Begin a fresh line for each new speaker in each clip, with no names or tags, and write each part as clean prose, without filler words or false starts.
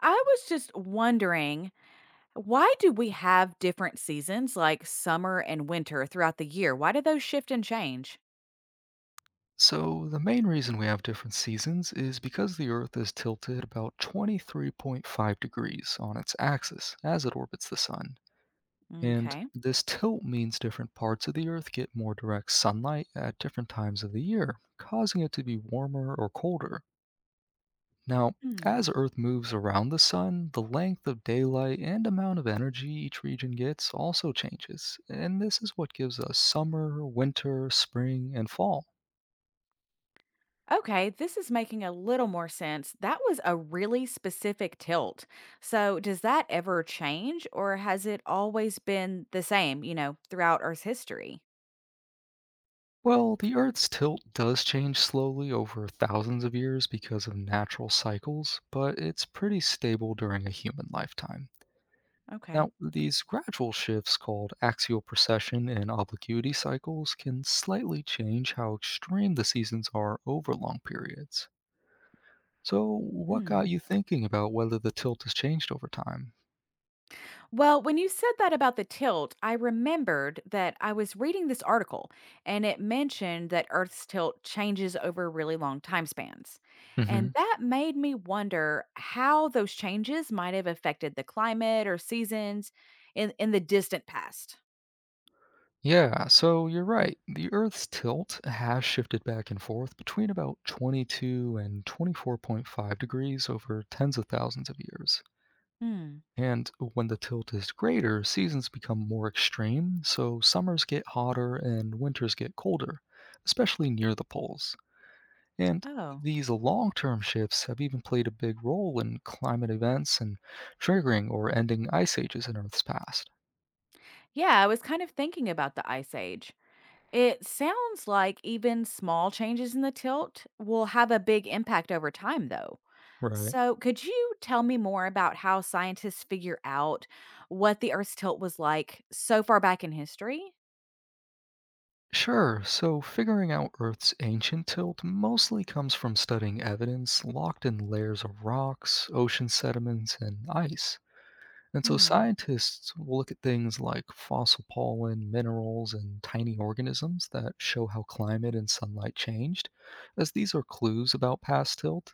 I was just wondering, why do we have different seasons like summer and winter throughout the year? Why do those shift and change?
So, the main reason we have different seasons is because the Earth is tilted about 23.5 degrees on its axis as it orbits the Sun. And
Okay.
this tilt means different parts of the Earth get more direct sunlight at different times of the year, causing it to be warmer or colder. Now, as
Hmm.
Earth moves around the Sun, the length of daylight and amount of energy each region gets also changes, and this is what gives us summer, winter, spring, and fall.
Okay, this is making a little more sense. That was a really specific tilt. So, does that ever change or has it always been the same, you know, throughout Earth's history?
Well, the Earth's tilt does change slowly over thousands of years because of natural cycles, but it's pretty stable during a human lifetime.
Okay.
Now, these gradual shifts called axial precession and obliquity cycles can slightly change how extreme the seasons are over long periods. So, what got
Hmm.
you thinking about whether the tilt has changed over time?
Well, when you said that about the tilt, I remembered that I was reading this article and it mentioned that Earth's tilt changes over really long time spans.
Hmm.
And that made me wonder how those changes might have affected the climate or seasons in the distant past.
Yeah, so you're right. The Earth's tilt has shifted back and forth between about 22 and 24.5 degrees over tens of thousands of years.
Hmm.
And when the tilt is greater, seasons become more extreme, so summers get hotter and winters get colder, especially near the poles. And
Oh,
these long term shifts have even played a big role in climate events and triggering or ending ice ages in Earth's past.
yeah, I was kind of thinking about the ice age. It sounds like even small changes in the tilt will have a big impact over time, though.
Right.
So, could you tell me more about how scientists figure out what the Earth's tilt was like so far back in history?
Sure, so figuring out Earth's ancient tilt mostly comes from studying evidence locked in layers of rocks, ocean sediments, and ice. And so
Hmm.
scientists will look at things like fossil pollen, minerals, and tiny organisms that show how climate and sunlight changed, as these are clues about past tilt.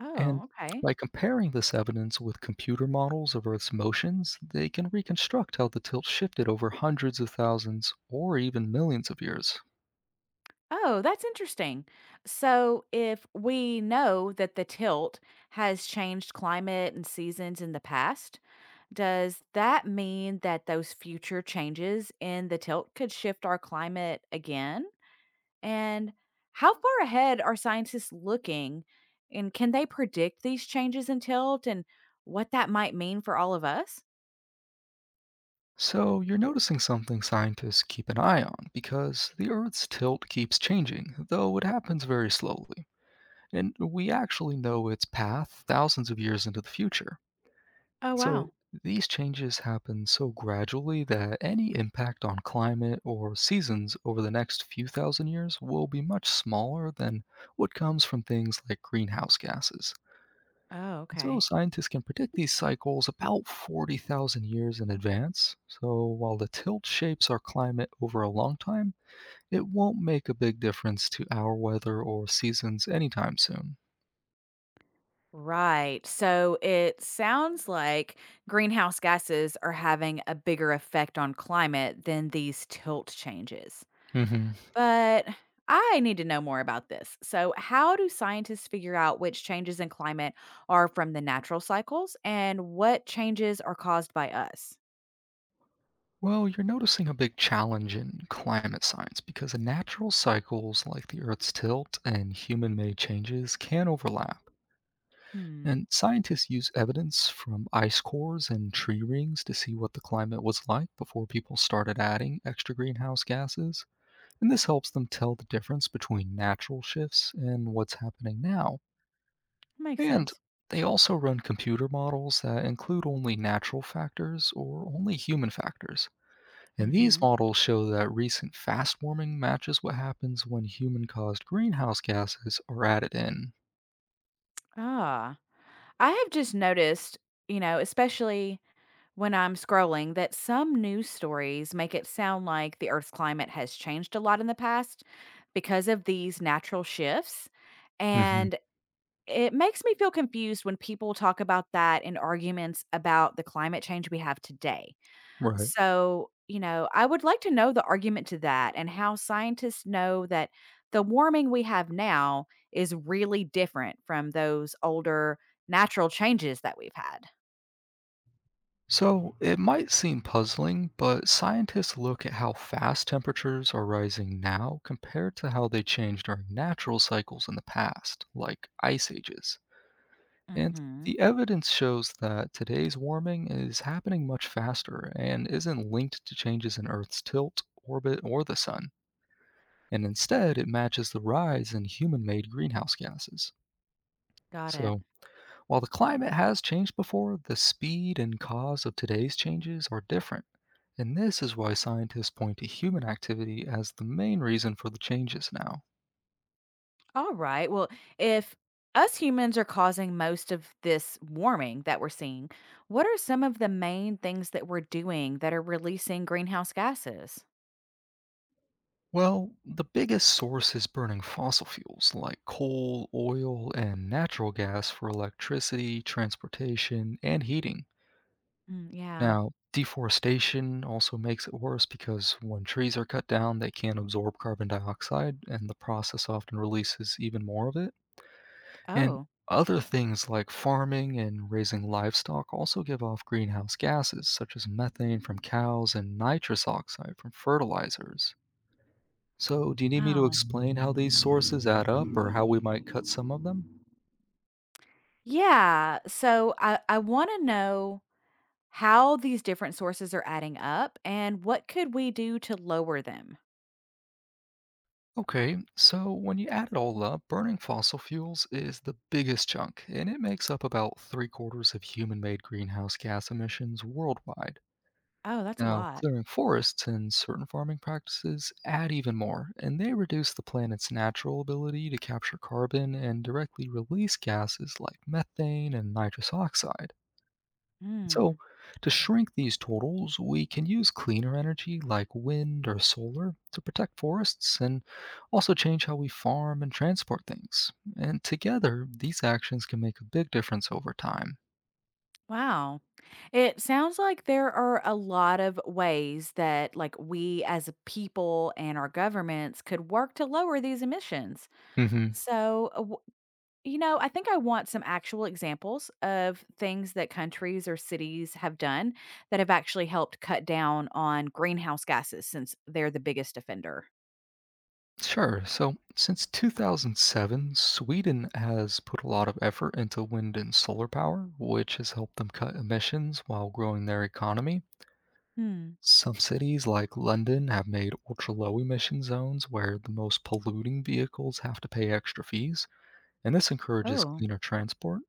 Oh,
And
okay.
by comparing this evidence with computer models of Earth's motions, they can reconstruct how the tilt shifted over hundreds of thousands or even millions of years.
Oh, that's interesting. So, if we know that the tilt has changed climate and seasons in the past, does that mean that those future changes in the tilt could shift our climate again? And how far ahead are scientists looking? And can they predict these changes in tilt and what that might mean for all of us?
So, you're noticing something scientists keep an eye on because the Earth's tilt keeps changing, though it happens very slowly. And we actually know its path thousands of years into the future.
Oh,
So,
wow.
these changes happen so gradually that any impact on climate or seasons over the next few thousand years will be much smaller than what comes from things like greenhouse gases.
Oh,
So
okay.
scientists can predict these cycles about 40,000 years in advance. So while the tilt shapes our climate over a long time, it won't make a big difference to our weather or seasons anytime soon.
Right. So it sounds like greenhouse gases are having a bigger effect on climate than these tilt changes.
Hmm.
But I need to know more about this. So, how do scientists figure out which changes in climate are from the natural cycles and what changes are caused by us?
Well, you're noticing a big challenge in climate science because the natural cycles like the Earth's tilt and human made changes can overlap.
Hmm.
And scientists use evidence from ice cores and tree rings to see what the climate was like before people started adding extra greenhouse gases. And this helps them tell the difference between natural shifts and what's happening now.
Makes
And
sense.
they also run computer models that include only natural factors or only human factors. And these
Hmm.
models show that recent fast warming matches what happens when human caused greenhouse gases are added in.
Ah, I have just noticed, you know, especially when I'm scrolling, that some news stories make it sound like the Earth's climate has changed a lot in the past because of these natural shifts.
Hmm.
And it makes me feel confused when people talk about that in arguments about the climate change we have today.
Right.
So, you know, I would like to know the argument to that and how scientists know that the warming we have now is really different from those older natural changes that we've had.
So, it might seem puzzling, but scientists look at how fast temperatures are rising now compared to how they changed during natural cycles in the past, like ice ages. And
Mhm.
the evidence shows that today's warming is happening much faster and isn't linked to changes in Earth's tilt, orbit, or the sun. And instead, it matches the rise in human made greenhouse gases.
Got it.
So, while the climate has changed before, the speed and cause of today's changes are different, and this is why scientists point to human activity as the main reason for the changes now.
All right. Well, if us humans are causing most of this warming that we're seeing, what are some of the main things that we're doing that are releasing greenhouse gases?
Well, the biggest source is burning fossil fuels like coal, oil, and natural gas for electricity, transportation, and heating.
Mm, yeah.
Now, deforestation also makes it worse because when trees are cut down, they can't absorb carbon dioxide, and the process often releases even more of it. And
Oh,
other things like farming and raising livestock also give off greenhouse gases, such as methane from cows and nitrous oxide from fertilizers. So, do you need me to
wow.
explain how these sources add up or how we might cut some of them?
Yeah. So I want to know how these different sources are adding up and what could we do to lower them?
Okay, so when you add it all up, burning fossil fuels is the biggest chunk, and it makes up about three-quarters of human made greenhouse gas emissions worldwide.
Oh, that's a
Now,
lot.
clearing forests and certain farming practices add even more, and they reduce the planet's natural ability to capture carbon and directly release gases like methane and nitrous oxide. So,
Mm.
to shrink these totals, we can use cleaner energy like wind or solar to protect forests and also change how we farm and transport things. And together, these actions can make a big difference over time.
Wow. It sounds like there are a lot of ways that like we as a people and our governments could work to lower these emissions.
Hmm.
So, you know, I think I want some actual examples of things that countries or cities have done that have actually helped cut down on greenhouse gases since they're the biggest offender.
Sure. So, since 2007, Sweden has put a lot of effort into wind and solar power, which has helped them cut emissions while growing their economy.
Hmm.
Some cities, like London, have made ultra low emission zones where the most polluting vehicles have to pay extra fees, and this encourages
Oh,
cleaner transport.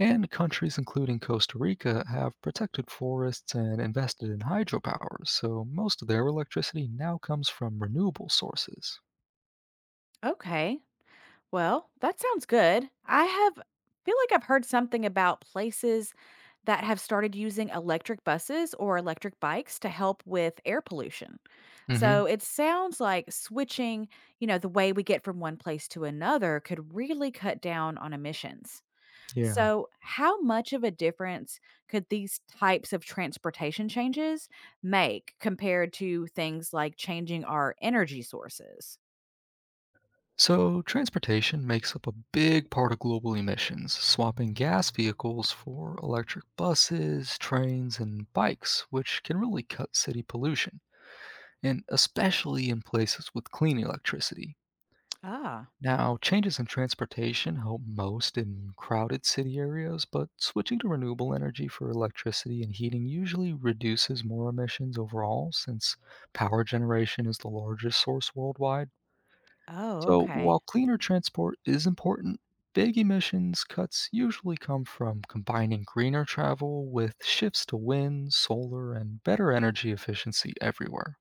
And countries, including Costa Rica, have protected forests and invested in hydropower, so most of their electricity now comes from renewable sources.
okay. Well, that sounds good. I have feel like I've heard something about places that have started using electric buses or electric bikes to help with air pollution. So
Hmm.
it sounds like switching, you know, the way we get from one place to another could really cut down on emissions.
Yeah.
So how much of a difference could these types of transportation changes make compared to things like changing our energy sources?
So, transportation makes up a big part of global emissions, swapping gas vehicles for electric buses, trains, and bikes, which can really cut city pollution, and especially in places with clean electricity.
Ah,
Now, changes in transportation help most in crowded city areas, but switching to renewable energy for electricity and heating usually reduces more emissions overall since power generation is the largest source worldwide.
oh,
So, while
okay.
cleaner transport is important, big emissions cuts usually come from combining greener travel with shifts to wind, solar, and better energy efficiency everywhere.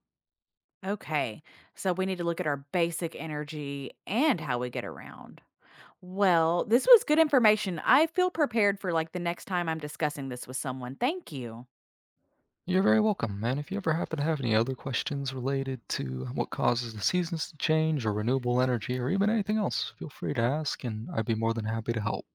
Okay. So we need to look at our basic energy and how we get around. Well, this was good information. I feel prepared for like the next time I'm discussing this with someone. Thank you.
You're very welcome, and if you ever happen to have any other questions related to what causes the seasons to change, or renewable energy, or even anything else, feel free to ask, and I'd be more than happy to help.